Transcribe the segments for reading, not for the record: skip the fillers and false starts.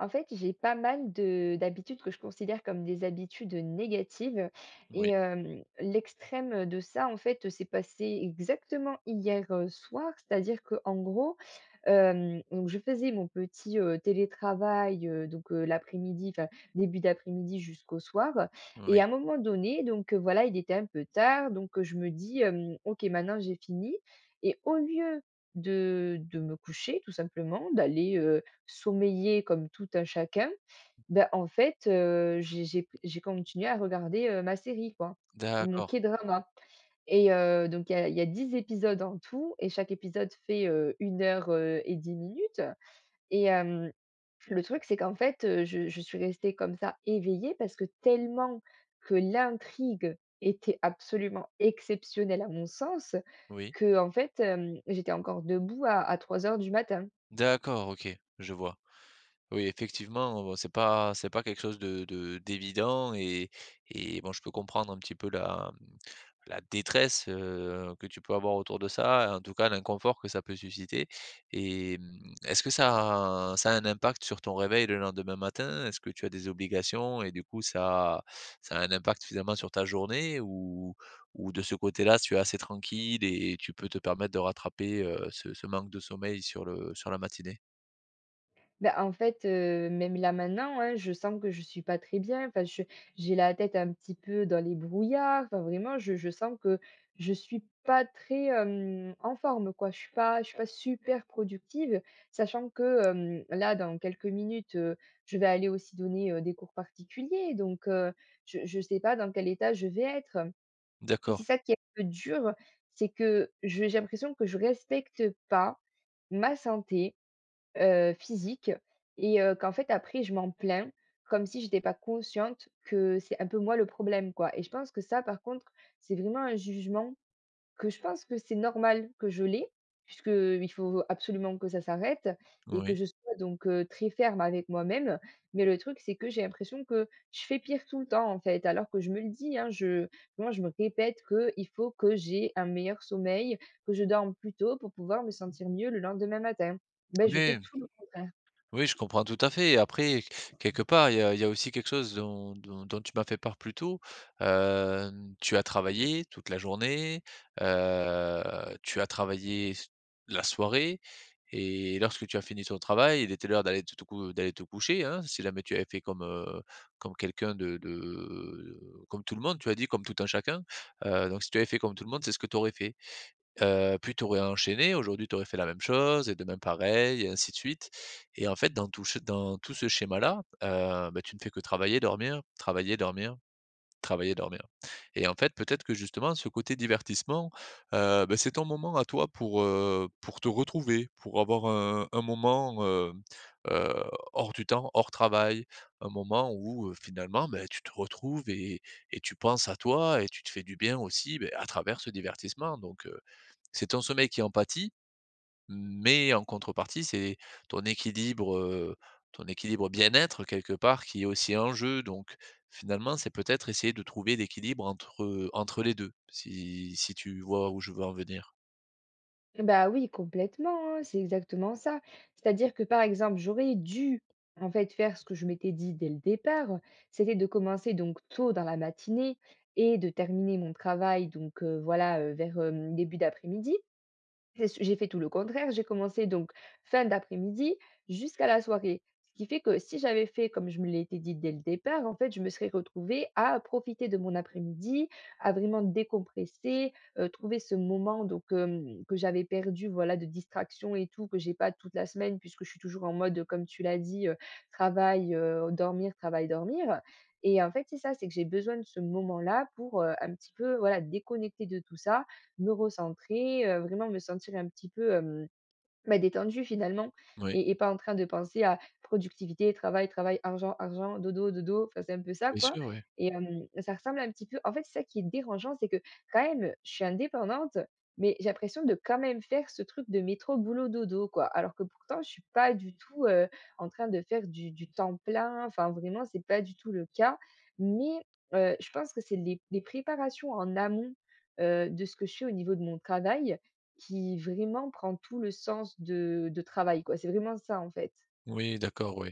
En fait, j'ai pas mal de d'habitudes que je considère comme des habitudes négatives et Oui, l'extrême de ça, en fait, s'est passé exactement hier soir. C'est-à-dire que, en gros, donc je faisais mon petit télétravail, donc l'après-midi, enfin début d'après-midi jusqu'au soir et oui, à un moment donné, donc voilà, il était un peu tard, donc je me dis, hem: «OK, maintenant j'ai fini» et au lieu de me coucher tout simplement, d'aller, sommeiller comme tout un chacun, ben en fait, j'ai continué à regarder ma série, quoi, mon d'accord, K-drama et donc il y a 10 épisodes en tout et chaque épisode fait 1 heure et 10 minutes. Et le truc, c'est qu'en fait, je suis restée comme ça éveillée parce que tellement que l'intrigue était absolument exceptionnelle à mon sens oui, que en fait, j'étais encore debout à 3 heures du matin. d'accord, OK, je vois. Oui, effectivement, bon, c'est pas quelque chose de d'évident et bon, je peux comprendre un petit peu la détresse, que tu peux avoir autour de ça, en tout cas l'inconfort que ça peut susciter et mmh, est-ce que ça a un impact sur ton réveil le lendemain matin? Est-ce que tu as des obligations et du coup ça a un impact finalement sur ta journée ou de ce côté-là, tu es assez tranquille et tu peux te permettre de rattraper, ce manque de sommeil sur le sur la matinée? Ben en fait, même là maintenant, hein, je sens que je suis pas très bien. Enfin, je j'ai la tête un petit peu dans les brouillards. Enfin, vraiment, je sens que je suis pas très en forme, quoi. Je suis pas super productive, sachant que, là, dans quelques minutes, je vais aller aussi donner des cours particuliers. Donc, je sais pas dans quel état je vais être. Et c'est D'accord, ça qui est un peu dur, c'est que je j'ai l'impression que je respecte pas ma santé, physique et qu'en fait après je m'en plains, comme si j'étais pas consciente que c'est un peu moi le problème, quoi, et je pense que ça, par contre, c'est vraiment un jugement que je pense que c'est normal que je l'ai, puisqu'il faut absolument que ça s'arrête et que oui. je sois donc très ferme avec moi-même. Mais le truc, c'est que j'ai l'impression que je fais pire tout le temps, en fait, alors que je me le dis, hein, je moi, je me répète qu'il faut que j'ai un meilleur sommeil, que je dorme plus tôt pour pouvoir me sentir mieux le lendemain matin. Ben, je fais Oui, tout le contraire. oui, je comprends tout à fait et après, quelque part, il y a aussi quelque chose dont tu m'as fait part plus tôt. Tu as travaillé toute la journée, heu, tu as travaillé s la soirée et lorsque tu as fini ton travail, il était l'heure d'aller te te cou d'aller te coucher, hein. Si jamais tu avais fait comme, comme quelqu'un de comme tout le monde, tu as dit: «Comme tout un chacun», donc si tu avais fait comme tout le monde, c'est ce que tu aurais fait. Puis tu aurais enchaîné, aujourd'hui tu aurais fait la même chose et demain pareil et ainsi de suite et en fait dans tout ce schéma-là, bah, tu ne fais que travailler, dormir, travailler, dormir, travailler, dormir et en fait peut-être que justement ce côté divertissement, bah, c'est ton moment à toi pour te retrouver, pour avoir un moment, heu, hors du temps, hors travail, un moment où, finalement, beh, tu te retrouves et tu penses à toi et tu te fais du bien aussi, beh, à travers ce divertissement donc c'est ton sommeil qui en pâtit, mais en contrepartie, c'est ton équilibre, heu, ton équilibre bien-être quelque part qui est aussi en jeu. Donc finalement, c'est peut-être essayer de trouver l'équilibre entre, entre les 2. Si si tu vois où je veux en venir. Bah oui, complètement, hein, c'est exactement ça. C'est-à-dire que, par exemple, j'aurais dû en fait faire ce que je m'étais dit dès le départ, c'était de commencer donc tôt dans la matinée et de terminer mon travail donc voilà, vers, début d'après-midi. J'ai fait tout le contraire, j'ai commencé donc fin d'après-midi jusqu'à la soirée. Ce qui fait que si j'avais fait comme je me l'étais dit dès le départ, en fait, je me serais retrouvée à profiter de mon après-midi, à vraiment décompresser, trouver ce moment donc que j'avais perdu, voilà, de distraction et tout, que j'ai pas toute la semaine puisque je suis toujours en mode, comme tu l'as dit, travail, dormir, travail, dormir. Et en fait, c'est ça, c'est que j'ai besoin de ce moment-là pour, un petit peu, voilà, déconnecter de tout ça, me recentrer, vraiment me sentir un petit peu, bah, détendu finalement, Oui. et pas en train de penser à productivité, travail, travail, argent, argent, dodo, dodo, enfin, c'est un peu ça, Bien quoi. sûr, oui. Et ça ressemble un petit peu en fait, c'est ça qui est dérangeant, c'est que quand même, je suis indépendante, mais j'ai l'impression de quand même faire ce truc de métro boulot dodo, quoi. Alors que pourtant, je suis pas du tout, en train de faire du temps plein, enfin vraiment, c'est pas du tout le cas. Mais, je pense que c'est les préparations en amont, de ce que je fais au niveau de mon travail qui vraiment prend tout le sens de travail, quoi. C'est vraiment ça, en fait. Oui, d'accord, oui.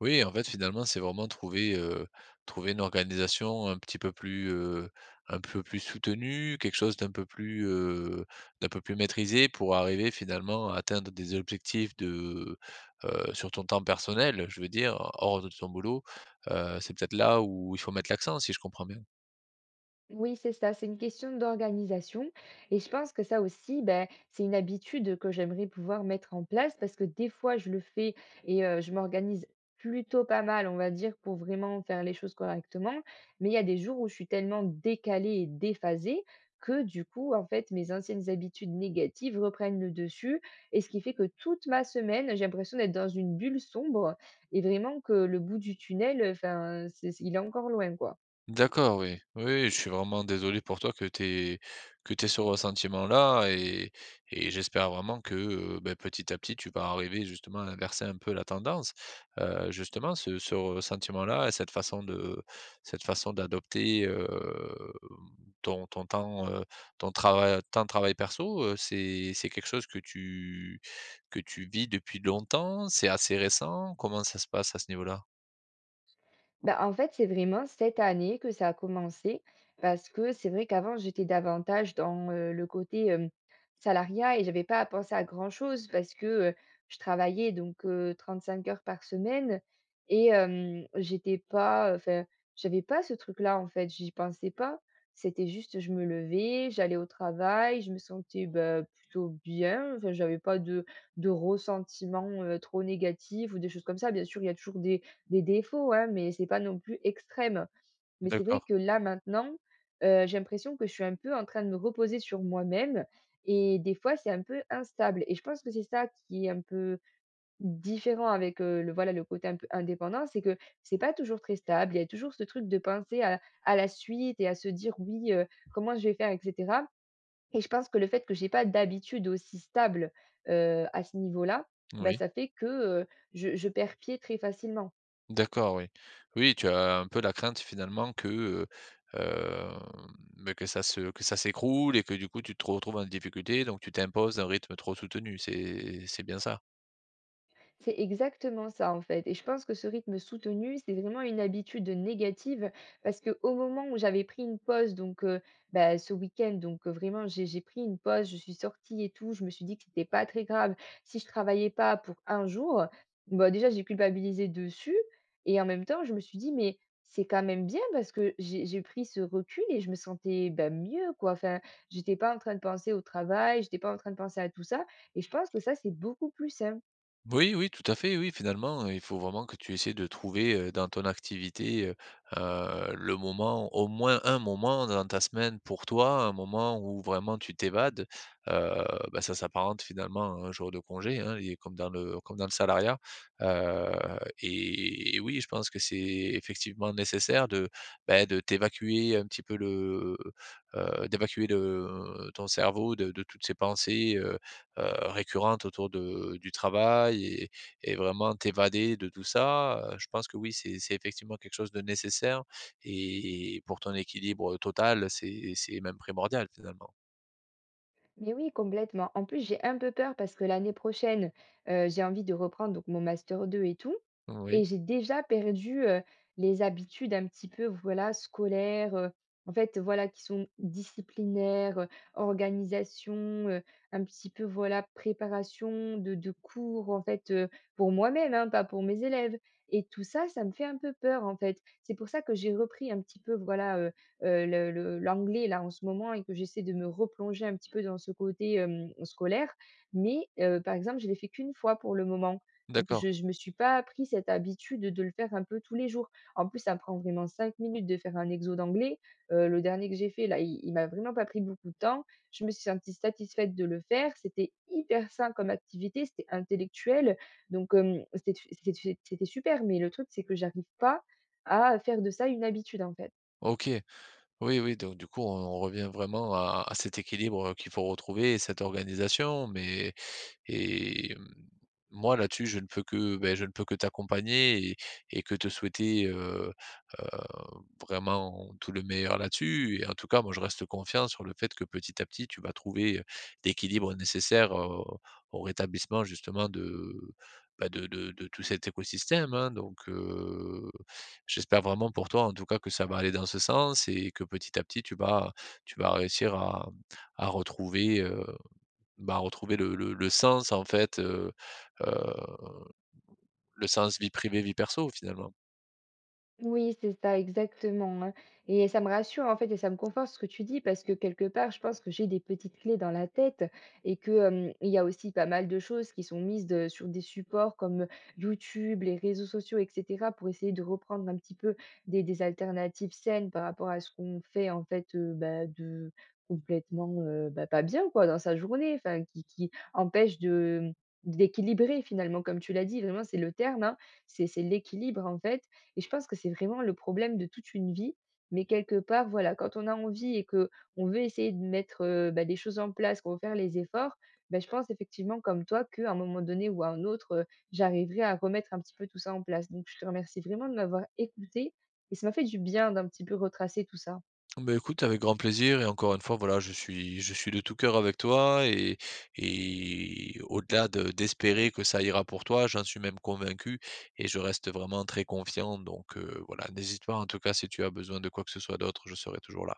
Oui, en fait, finalement, c'est vraiment trouver, trouver une organisation un petit peu plus, un peu plus soutenue, quelque chose d'un peu plus maîtrisé pour arriver finalement à atteindre des objectifs de, sur ton temps personnel, je veux dire, hors de ton boulot. C'est peut-être là où il faut mettre l'accent, si je comprends bien? Oui, c'est ça, c'est une question d'organisation. Et je pense que ça aussi, ben, c'est une habitude que j'aimerais pouvoir mettre en place parce que des fois, je le fais et je m'organise plutôt pas mal, on va dire, pour vraiment faire les choses correctement. Mais il y a des jours où je suis tellement décalée et déphasée que du coup, en fait, mes anciennes habitudes négatives reprennent le dessus. Et ce qui fait que toute ma semaine, j'ai l'impression d'être dans une bulle sombre et vraiment que le bout du tunnel, enfin, il est encore loin, quoi. D'accord, oui. Oui, oui, je suis vraiment désolé pour toi que tu ce ressentiment-là et j'espère vraiment que, beh, petit à petit, tu vas arriver justement à inverser un peu la tendance. Justement ce ressentiment-là et cette façon de cette façon d'adopter, ton temps, ton trava temps de travail perso, c'est quelque chose que tu vis depuis longtemps? C'est assez récent? Comment ça se passe à ce niveau-là? Bah, en fait, c'est vraiment cette année que ça a commencé parce que c'est vrai qu'avant, j'étais davantage dans le côté salariat et j'avais pas à penser à grand-chose parce que, je travaillais donc 35 heures par semaine et j'étais pas, enfin, j'avais pas ce truc-là, en fait, j'y pensais pas. C'était juste je me levais, j'allais au travail, je me sentais, bah, plutôt bien, enfin, j'avais pas de ressentiment, trop négatif ou des choses comme ça. Bien sûr, il y a toujours des défauts, hein, mais c'est pas non plus extrême. Mais c'est vrai D'accord, que là, maintenant, j'ai l'impression que je suis un peu en train de me reposer sur moi-même et des fois, c'est un peu instable et je pense que c'est ça qui est un peu différent avec le voilà, le côté un peu indépendant, c'est que c'est pas toujours très stable. Il y a toujours ce truc de penser à la suite et à se dire: «Oui, comment je vais faire?» et cetera. Et je pense que le fait que j'ai pas d'habitude aussi stable, à ce niveau-là, bah, oui. ça fait que, je perds pied très facilement. D'accord, oui. Oui, tu as un peu la crainte finalement que, hem, beh, que ça s'écroule et que du coup tu te retrouves en difficulté, donc tu t'imposes un rythme trop soutenu, c'est bien ça? C'est exactement ça, en fait, et je pense que ce rythme soutenu, c'est vraiment une habitude négative parce que au moment où j'avais pris une pause, donc bah, ce week-end, donc vraiment j'ai pris une pause, je suis sortie et tout, je me suis dit que c'était pas très grave si je travaillais pas pour un jour. Bah, déjà j'ai culpabilisé dessus et en même temps je me suis dit: «Mais c'est quand même bien parce que j'ai pris ce recul et je me sentais, bah, mieux, quoi». Enfin, j'étais pas en train de penser au travail, j'étais pas en train de penser à tout ça et je pense que ça, c'est beaucoup plus simple. Oui, oui, tout à fait, oui, finalement, il faut vraiment que tu essaies de trouver, dans ton activité, le moment au moins un moment dans ta semaine pour toi, un moment où vraiment tu t'évades. Heu, Bah, ça s'apparente finalement à un jour de congé, hein, et comme dans le salariat. Heu, et oui, je pense que c'est effectivement nécessaire de, bah, de t'évacuer un petit peu le, d'évacuer le ton cerveau de toutes ces pensées, récurrentes autour de du travail et vraiment t'évader de tout ça, je pense que oui, c'est effectivement quelque chose de nécessaire et pour ton équilibre total, c'est même primordial finalement. Mais oui, complètement. En plus, j'ai un peu peur parce que l'année prochaine, j'ai envie de reprendre donc mon master 2 et tout. Oui, Et j'ai déjà perdu les habitudes un petit peu, voilà, scolaires, en fait, voilà, qui sont disciplinaires, organisation, euh, un petit peu, voilà, préparation de cours, en fait, pour moi-même, hein, pas pour mes élèves. Et tout ça, ça me fait un peu peur, en fait. C'est pour ça que j'ai repris un petit peu, voilà, le l'anglais là en ce moment et que j'essaie de me replonger un petit peu dans ce côté scolaire. Mais, par exemple, je l'ai fait qu'une fois pour le moment. Donc d'accord. je me suis pas pris cette habitude de le faire un peu tous les jours. En plus, ça me prend vraiment 5 minutes de faire un exo d'anglais. Le dernier que j'ai fait là, il m'a vraiment pas pris beaucoup de temps. Je me suis sentie satisfaite de le faire. C'était hyper sain comme activité, c'était intellectuel. Donc, c'était super, mais le truc, c'est que j'arrive pas à faire de ça une habitude, en fait. OK. Oui, oui, donc du coup, on revient vraiment à cet équilibre, qu'il faut retrouver et cette organisation, mais et hem, moi là-dessus, je ne peux que, beh, je ne peux que t'accompagner et que te souhaiter, heu, vraiment tout le meilleur là-dessus et en tout cas, moi, je reste confiant sur le fait que petit à petit, tu vas trouver, l'équilibre nécessaire, au rétablissement justement de, bah, de tout cet écosystème, hein. Donc j'espère vraiment pour toi, en tout cas, que ça va aller dans ce sens et que petit à petit, tu vas réussir à retrouver, bah, retrouver le sens en fait, heu, le sens vie privée, vie perso finalement. Oui, c'est ça, exactement, hein, et ça me rassure, en fait, et ça me conforte ce que tu dis parce que quelque part, je pense que j'ai des petites clés dans la tête et que, il y a aussi pas mal de choses qui sont mises de sur des supports comme YouTube, les réseaux sociaux et cetera, pour essayer de reprendre un petit peu des alternatives saines par rapport à ce qu'on fait, en fait, bah, de complètement, bah, pas bien, quoi, dans sa journée, enfin qui empêche de, mmh, d'équilibrer finalement, comme tu l'as dit, vraiment c'est le terme, hein, c'est l'équilibre, en fait, et je pense que c'est vraiment le problème de toute une vie. Mais quelque part, voilà, quand on a envie et que on veut essayer de mettre bah, des choses en place, qu'on veut faire les efforts, bah, je pense effectivement, comme toi, qu'à un moment donné ou à un autre, j'arriverai à remettre un petit peu tout ça en place. Donc, je te remercie vraiment de m'avoir écouté et ça m'a fait du bien d'un petit peu retracer tout ça. Bah, écoute, avec grand plaisir et encore une fois, voilà, je suis de tout cœur avec toi et au-delà de d'espérer que ça ira pour toi, j'en suis même convaincu et je reste vraiment très confiant donc voilà, n'hésite pas en tout cas si tu as besoin de quoi que ce soit d'autre, je serai toujours là.